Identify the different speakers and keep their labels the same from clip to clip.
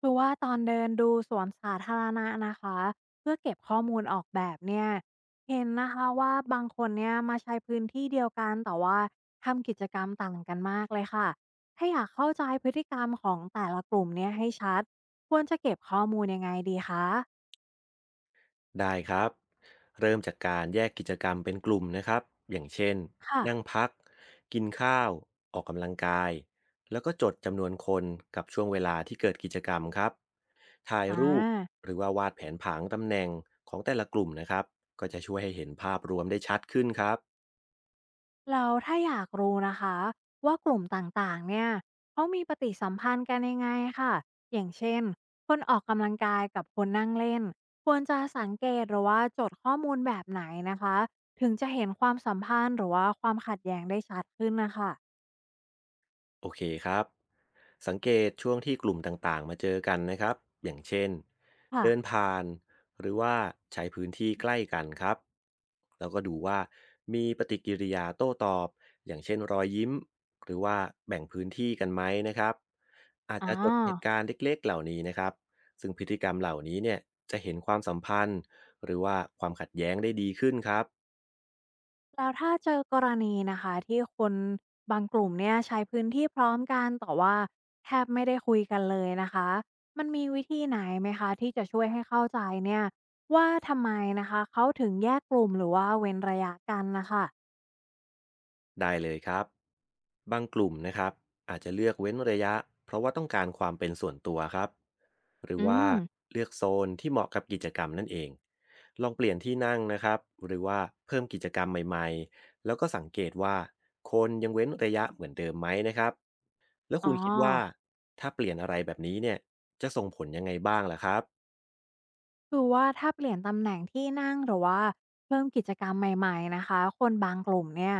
Speaker 1: คือว่าตอนเดินดูสวนสาธารณะนะคะเพื่อเก็บข้อมูลออกแบบเนี่ยเห็นนะคะว่าบางคนเนี่ยมาใช้พื้นที่เดียวกันแต่ว่าทำกิจกรรมต่างกันมากเลยค่ะถ้าอยากเข้าใจพฤติกรรมของแต่ละกลุ่มเนี่ยให้ชัดควรจะเก็บข้อมูลยังไงดีคะ
Speaker 2: ได้ครับเริ่มจากการแยกกิจกรรมเป็นกลุ่มนะครับอย่างเช่น
Speaker 1: ค่ะ
Speaker 2: นั่งพักกินข้าวออกกำลังกายแล้วก็จดจำนวนคนกับช่วงเวลาที่เกิดกิจกรรมครับถ่าย
Speaker 1: อ่า
Speaker 2: รูปหรือว่าวาดแผนผังตำแหน่งของแต่ละกลุ่มนะครับก็จะช่วยให้เห็นภาพรวมได้ชัดขึ้นครับ
Speaker 1: แล้วถ้าอยากรู้นะคะว่ากลุ่มต่างๆ เนี่ยเขามีปฏิสัมพันธ์กันยังไงค่ะอย่างเช่นคนออกกำลังกายกับคนนั่งเล่นควรจะสังเกตหรือว่าจดข้อมูลแบบไหนนะคะถึงจะเห็นความสัมพันธ์หรือว่าความขัดแย้งได้ชัดขึ้นนะคะ
Speaker 2: โอเคครับสังเกตช่วงที่กลุ่มต่างๆมาเจอกันนะครับอย่างเช่นเดิน
Speaker 1: ค่ะ
Speaker 2: ผ่านหรือว่าใช้พื้นที่ใกล้กันครับแล้วก็ดูว่ามีปฏิกิริยาโต้ตอบอย่างเช่นรอยยิ้มหรือว่าแบ่งพื้นที่กันไหมนะครับอาจ
Speaker 1: อ๋อ
Speaker 2: จะจดเหตุการณ์เล็กๆเหล่านี้นะครับซึ่งพฤติกรรมเหล่านี้เนี่ยจะเห็นความสัมพันธ์หรือว่าความขัดแย้งได้ดีขึ้นครับ
Speaker 1: แล้วถ้าเจอกรณีนะคะที่คนบางกลุ่มเนี่ยใช้พื้นที่พร้อมกันแต่ว่าแทบไม่ได้คุยกันเลยนะคะมันมีวิธีไหนไหมคะที่จะช่วยให้เข้าใจเนี่ยว่าทำไมนะคะเขาถึงแยกกลุ่มหรือว่าเว้นระยะกันนะคะ
Speaker 2: ได้เลยครับบางกลุ่มนะครับอาจจะเลือกเว้นระยะเพราะว่าต้องการความเป็นส่วนตัวครับหรือ
Speaker 1: อื
Speaker 2: ว่า
Speaker 1: ม
Speaker 2: เลือกโซนที่เหมาะกับกิจกรรมนั่นเองลองเปลี่ยนที่นั่งนะครับหรือว่าเพิ่มกิจกรรมใหม่ๆแล้วก็สังเกตว่าคนยังเว้นระยะเหมือนเดิมไหมนะครับแล้วคุ
Speaker 1: อ๋อ
Speaker 2: ณคิดว่าถ้าเปลี่ยนอะไรแบบนี้เนี่ยจะส่งผลยังไงบ้างล่ะครับ
Speaker 1: คือว่าถ้าเปลี่ยนตำแหน่งที่นั่งหรือว่าเพิ่มกิจกรรมใหม่ๆนะคะคนบางกลุ่มเนี่ย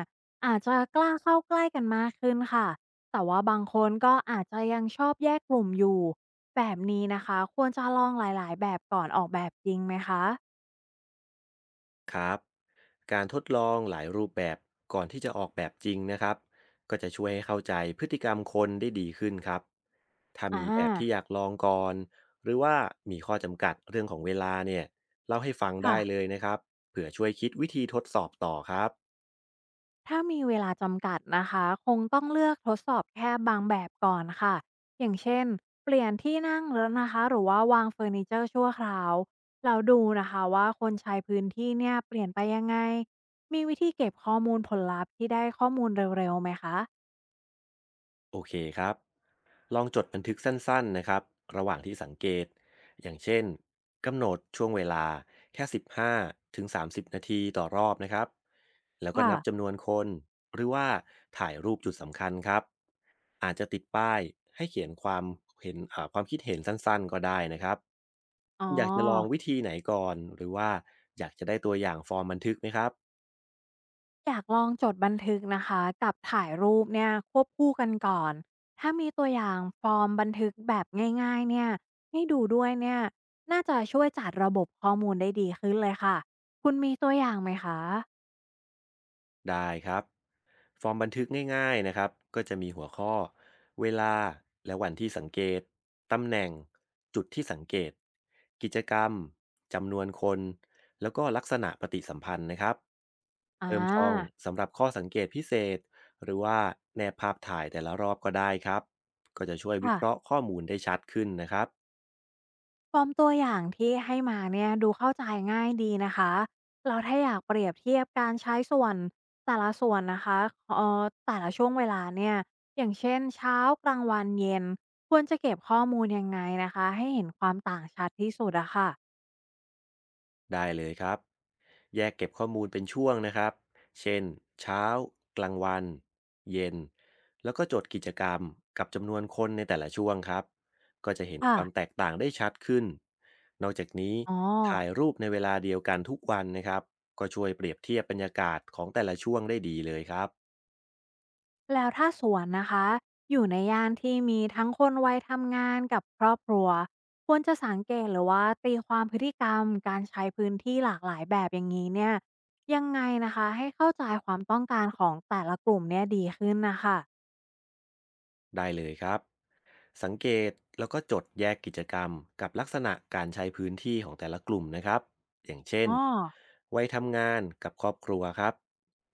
Speaker 1: อาจจะกล้าเข้าใกล้กันมากขึ้นค่ะแต่ว่าบางคนก็อาจจะยังชอบแยกกลุ่มอยู่แบบนี้นะคะควรจะลองหลายๆแบบก่อนออกแบบจริงไหมคะ
Speaker 2: ครับการทดลองหลายรูปแบบก่อนที่จะออกแบบจริงนะครับก็จะช่วยให้เข้าใจพฤติกรรมคนได้ดีขึ้นครับถ้า
Speaker 1: อ่า
Speaker 2: มีแบบที่อยากลองก่อนหรือว่ามีข้อจำกัดเรื่องของเวลาเนี่ยเล่าให้ฟังได้
Speaker 1: ค่ะ
Speaker 2: เลยนะครับเผื่อช่วยคิดวิธีทดสอบต่อครับ
Speaker 1: ถ้ามีเวลาจำกัดนะคะคงต้องเลือกทดสอบแค่บางแบบก่อนค่ะอย่างเช่นเปลี่ยนที่นั่งแล้วนะคะหรือว่าวางเฟอร์นิเจอร์ชั่วคราวเราดูนะคะว่าคนใช้พื้นที่เนี่ยเปลี่ยนไปยังไงมีวิธีเก็บข้อมูลผลลัพธ์ที่ได้ข้อมูลเร็วๆไหมคะ
Speaker 2: โอเคครับ ลองจดบันทึกสั้นๆนะครับระหว่างที่สังเกตอย่างเช่นกำหนดช่วงเวลาแค่15ถึง30นาทีต่อรอบนะครับแล้วก็
Speaker 1: ค่ะ
Speaker 2: นับจำนวนคนหรือว่าถ่ายรูปจุดสำคัญครับอาจจะติดป้ายให้เขียนความเห็นความคิดเห็นสั้นๆก็ได้นะครับ
Speaker 1: อ๋อ
Speaker 2: คุณอยากจะลองวิธีไหนก่อนหรือว่าอยากจะได้ตัวอย่างฟอร์มบันทึกไหมครับ
Speaker 1: อยากลองจดบันทึกนะคะกับถ่ายรูปเนี่ยควบคู่กันก่อนถ้ามีตัวอย่างฟอร์มบันทึกแบบง่ายๆเนี่ยให้ดูด้วยเนี่ยน่าจะช่วยจัดระบบข้อมูลได้ดีขึ้นเลยค่ะคุณมีตัวอย่างไหมคะ
Speaker 2: ได้ครับฟอร์มบันทึกง่ายๆนะครับก็จะมีหัวข้อเวลาและวันที่สังเกตตำแหน่งจุดที่สังเกตกิจกรรมจำนวนคนแล้วก็ลักษณะปฏิสัมพันธ์นะครับ
Speaker 1: อ่า
Speaker 2: เติมช่องสำหรับข้อสังเกตพิเศษหรือว่าแนบภาพถ่ายแต่ละรอบก็ได้ครับก็จะช่วยวิ
Speaker 1: ค่ะ
Speaker 2: เคราะห์ข้อมูลได้ชัดขึ้นนะครับ
Speaker 1: ฟอร์มตัวอย่างที่ให้มาเนี่ยดูเข้าใจง่ายดีนะคะเราถ้าอยากเปรียบเทียบการใช้ส่วนแต่ละส่วนนะคะแต่ละช่วงเวลาเนี่ยอย่างเช่นเช้ากลางวันเย็นควรจะเก็บข้อมูลยังไงนะคะให้เห็นความต่างชัดที่สุดอะค่ะ
Speaker 2: ได้เลยครับแยกเก็บข้อมูลเป็นช่วงนะครับเช่นเช้ากลางวันเย็นแล้วก็จดกิจกรรมกับจำนวนคนในแต่ละช่วงครับก็จะเห็นค
Speaker 1: ค่ะ
Speaker 2: วามแตกต่างได้ชัดขึ้นนอกจากนี้
Speaker 1: อ๋อ
Speaker 2: ถ่ายรูปในเวลาเดียวกันทุกวันนะครับก็ช่วยเปรียบเทียบบรรยากาศของแต่ละช่วงได้ดีเลยครับ
Speaker 1: แล้วถ้าสวนนะคะอยู่ในย่านที่มีทั้งคนวัยทำงานกับครอบครัวควรจะสังเกตหรือว่าตีความพฤติกรรมการใช้พื้นที่หลากหลายแบบอย่างนี้เนี่ยยังไงนะคะให้เข้าใจความต้องการของแต่ละกลุ่มเนี่ยดีขึ้นนะคะ
Speaker 2: ได้เลยครับสังเกตแล้วก็จดแยกกิจกรรมกับลักษณะการใช้พื้นที่ของแต่ละกลุ่มนะครับอย่างเช่น
Speaker 1: อ๋อ
Speaker 2: วัยทำงานกับครอบครัวครับ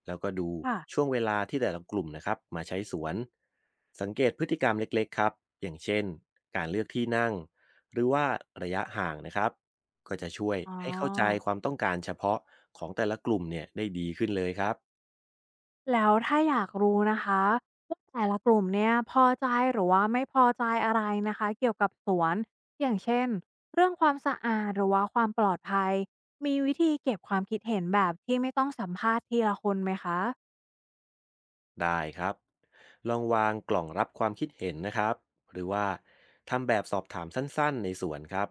Speaker 2: แล้วก็ดู
Speaker 1: ค่ะ
Speaker 2: ช่วงเวลาที่แต่ละกลุ่มนะครับมาใช้สวนสังเกตพฤติกรรมเล็กๆครับอย่างเช่นการเลือกที่นั่งหรือว่าระยะห่างนะครับก็จะช่วย
Speaker 1: อ๋อ
Speaker 2: ให้เข้าใจความต้องการเฉพาะของแต่ละกลุ่มเนี่ยได้ดีขึ้นเลยครับ
Speaker 1: แล้วถ้าอยากรู้นะคะว่าแต่ละกลุ่มเนี่ยพอใจหรือว่าไม่พอใจอะไรนะคะเกี่ยวกับสวนอย่างเช่นเรื่องความสะอาดหรือว่าความปลอดภัยมีวิธีเก็บความคิดเห็นแบบที่ไม่ต้องสัมภาษณ์ทีละคนไหมคะ
Speaker 2: ได้ครับลองวางกล่องรับความคิดเห็นนะครับหรือว่าทำแบบสอบถามสั้นๆในสวนครับ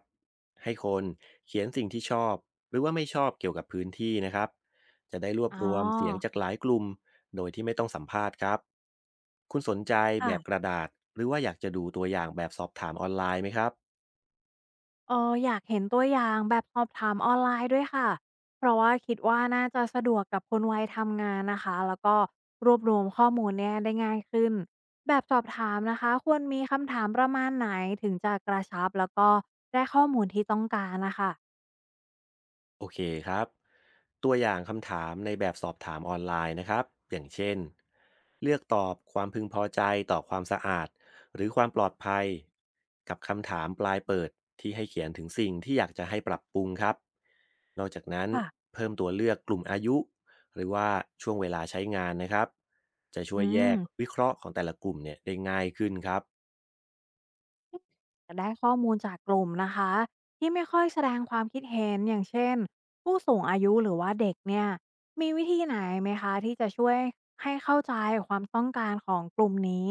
Speaker 2: ให้คนเขียนสิ่งที่ชอบหรือว่าไม่ชอบเกี่ยวกับพื้นที่นะครับจะได้รวบ
Speaker 1: อ๋อ
Speaker 2: รวมเสียงจากหลายกลุ่มโดยที่ไม่ต้องสัมภาษณ์ครับคุณสนใจแบบก
Speaker 1: ค่ะ
Speaker 2: ระดาษหรือว่าอยากจะดูตัวอย่างแบบสอบถามออนไลน์ไหมครับ
Speaker 1: เอออยากเห็นตัวอย่างแบบสอบถามออนไลน์ด้วยค่ะ เพราะว่าคิดว่าน่าจะสะดวกกับคนวัยทำงานนะคะ แล้วก็รวบรวมข้อมูลเนี่ยได้ง่ายขึ้น แบบสอบถามนะคะควรมีคำถามประมาณไหนถึงจะกระชับแล้วก็ได้ข้อมูลที่ต้องการนะคะ
Speaker 2: โอเคครับตัวอย่างคำถามในแบบสอบถามออนไลน์นะครับอย่างเช่นเลือกตอบความพึงพอใจต่อความสะอาดหรือความปลอดภัยกับคำถามปลายเปิดที่ให้เขียนถึงสิ่งที่อยากจะให้ปรับปรุงครับนอกจากนั้น
Speaker 1: ค่ะ
Speaker 2: เพิ่มตัวเลือกกลุ่มอายุหรือว่าช่วงเวลาใช้งานนะครับจะช่ว
Speaker 1: อื
Speaker 2: ยแย
Speaker 1: ม
Speaker 2: กวิเคราะห์ของแต่ละกลุ่มเนี่ยได้ง่ายขึ้นครับ
Speaker 1: จะได้ข้อมูลจากกลุ่มนะคะที่ไม่ค่อยแสดงความคิดเห็นอย่างเช่นผู้สูงอายุหรือว่าเด็กเนี่ยมีวิธีไหนไหมคะที่จะช่วยให้เข้าใจความต้องการของกลุ่มนี้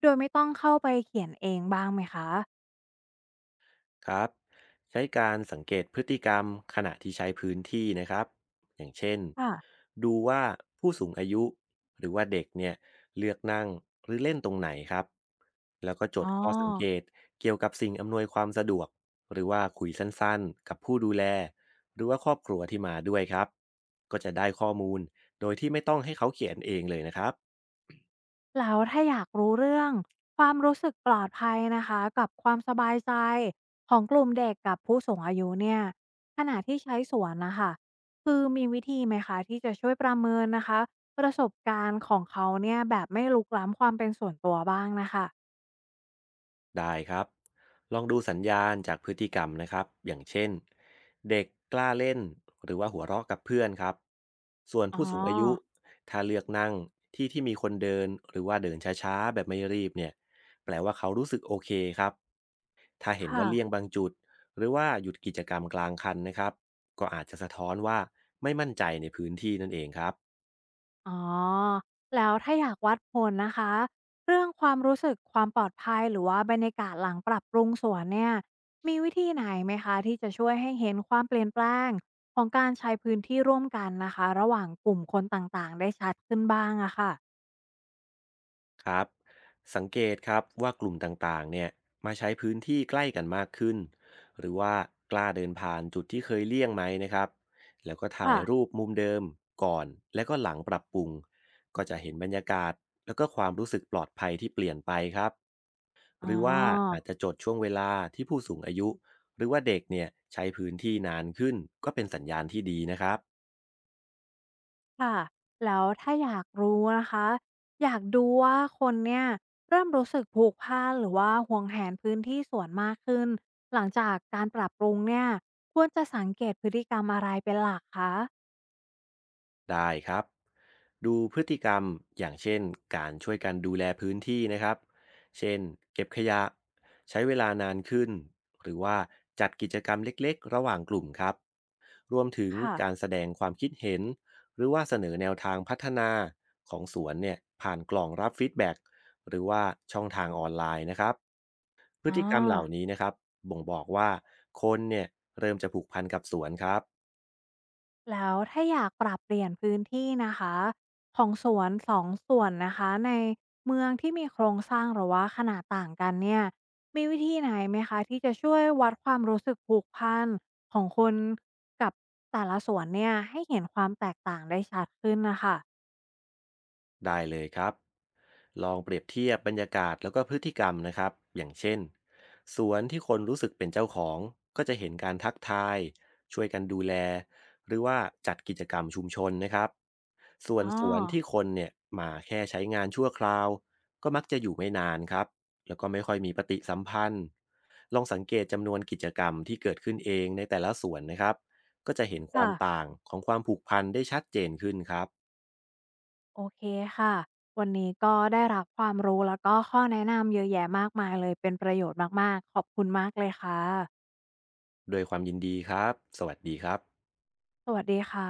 Speaker 1: โดยไม่ต้องเข้าไปเขียนเองบ้างไหมคะ
Speaker 2: ครับใช้การสังเกตพฤติกรรมขณะที่ใช้พื้นที่นะครับอย่างเช่น
Speaker 1: ค่ะ
Speaker 2: ดูว่าผู้สูงอายุหรือว่าเด็กเนี่ยเลือกนั่งหรือเล่นตรงไหนครับแล้วก็จ
Speaker 1: อ๋
Speaker 2: ด
Speaker 1: อ
Speaker 2: ข้อสังเกตเกี่ยวกับสิ่งอำนวยความสะดวกหรือว่าคุยสั้นๆกับผู้ดูแลหรือว่าครอบครัวที่มาด้วยครับก็จะได้ข้อมูลโดยที่ไม่ต้องให้เขาเขียนเองเลยนะครับ
Speaker 1: แล้วถ้าอยากรู้เรื่องความรู้สึกปลอดภัยนะคะกับความสบายใจของกลุ่มเด็กกับผู้สูงอายุเนี่ยขณะที่ใช้สวนนะคะคือมีวิธีไหมคะที่จะช่วยประเมินนะคะประสบการณ์ของเขาเนี่ยแบบไม่ลุกล้ำความเป็นส่วนตัวบ้างนะคะ
Speaker 2: ได้ครับลองดูสัญญาณจากพฤติกรรมนะครับอย่างเช่นเด็กกล้าเล่นหรือว่าหัวเราะกับเพื่อนครับส่วน
Speaker 1: อ๋อ
Speaker 2: ผู้สูงอายุถ้าเลือกนั่งที่ที่มีคนเดินหรือว่าเดินช้าๆแบบไม่รีบเนี่ยแปลว่าเขารู้สึกโอเคครับถ้าเห็น
Speaker 1: ค่ะ
Speaker 2: ว่าเลี่ยงบางจุดหรือว่าหยุดกิจกรรมกลางคันนะครับก็อาจจะสะท้อนว่าไม่มั่นใจในพื้นที่นั่นเองครับ
Speaker 1: อ๋อ แล้วถ้าอยากวัดผลนะคะเรื่องความรู้สึกความปลอดภัยหรือว่าบรรยากาศหลังปรับปรุงสวนเนี่ยมีวิธีไหนไหมคะที่จะช่วยให้เห็นความเปลี่ยนแปลงของการใช้พื้นที่ร่วมกันนะคะระหว่างกลุ่มคนต่างๆได้ชัดขึ้นบ้างอะค่ะ
Speaker 2: ครับสังเกตครับว่ากลุ่มต่างๆเนี่ยมาใช้พื้นที่ใกล้กันมากขึ้นหรือว่ากล้าเดินผ่านจุดที่เคยเลี่ยงไหมนะครับแล้วก็ถ่า
Speaker 1: ค่ะ
Speaker 2: ยรูปมุมเดิมก่อนและก็หลังปรับปรุงก็จะเห็นบรรยากาศแล้วก็ความรู้สึกปลอดภัยที่เปลี่ยนไปครับ
Speaker 1: อ๋
Speaker 2: หรือว่าอา
Speaker 1: อ
Speaker 2: จจะจดช่วงเวลาที่ผู้สูงอายุหรือว่าเด็กเนี่ยใช้พื้นที่นานขึ้นก็เป็นสัญญาณที่ดีนะครับ
Speaker 1: ค่ะแล้วถ้าอยากรู้นะคะอยากดูว่าคนเนี่ยเริ่มรู้สึกผูกพันหรือว่าห่วงแหนพื้นที่สวนมากขึ้นหลังจากการปรับปรุงเนี่ยควรจะสังเกตพฤติกรรมอะไรเป็นหลักคะ
Speaker 2: ได้ครับดูพฤติกรรมอย่างเช่นการช่วยกันดูแลพื้นที่นะครับเช่นเก็บขยะใช้เวลานานขึ้นหรือว่าจัดกิจกรรมเล็กๆระหว่างกลุ่มครับรวมถึง
Speaker 1: ค่ะ
Speaker 2: การแสดงความคิดเห็นหรือว่าเสนอแนวทางพัฒนาของสวนเนี่ยผ่านกล่องรับฟีดแบ็กหรือว่าช่องทางออนไลน์นะครับพฤ
Speaker 1: อ๋อ
Speaker 2: ติกรรมเหล่านี้นะครับบ่งบอกว่าคนเนี่ยเริ่มจะผูกพันกับสวนครับ
Speaker 1: แล้วถ้าอยากปรับเปลี่ยนพื้นที่นะคะของสวนสองส่วนนะคะในเมืองที่มีโครงสร้างหรือว่าขนาดต่างกันเนี่ยมีวิธีไหนไหมคะที่จะช่วยวัดความรู้สึกผูกพันของคนกับแต่ละสวนเนี่ยให้เห็นความแตกต่างได้ชัดขึ้นนะคะ
Speaker 2: ได้เลยครับ ลองเปรียบเทียบบรรยากาศแล้วก็พฤติกรรมนะครับอย่างเช่นสวนที่คนรู้สึกเป็นเจ้าของก็จะเห็นการทักทาย ช่วยกันดูแล หรือว่าจัดกิจกรรมชุมชนนะครับ ส่วน
Speaker 1: อ๋อ
Speaker 2: สวนที่คนเนี่ยมาแค่ใช้งานชั่วคราว ก็มักจะอยู่ไม่นานครับแล้วก็ไม่ค่อยมีปฏิสัมพันธ์ลองสังเกตจำนวนกิจกรรมที่เกิดขึ้นเองในแต่ละสวนนะครับก็จะเห็นควา
Speaker 1: ค่ะ
Speaker 2: มต่างของความผูกพันได้ชัดเจนขึ้นครับ
Speaker 1: โอเคค่ะวันนี้ก็ได้รับความรู้แล้วก็ข้อแนะนำเยอะแยะมากมายเลยเป็นประโยชน์มากๆขอบคุณมากเลยค่ะ
Speaker 2: ด้วยความยินดีครับ สวัสดีครับ
Speaker 1: สวัสดีค่ะ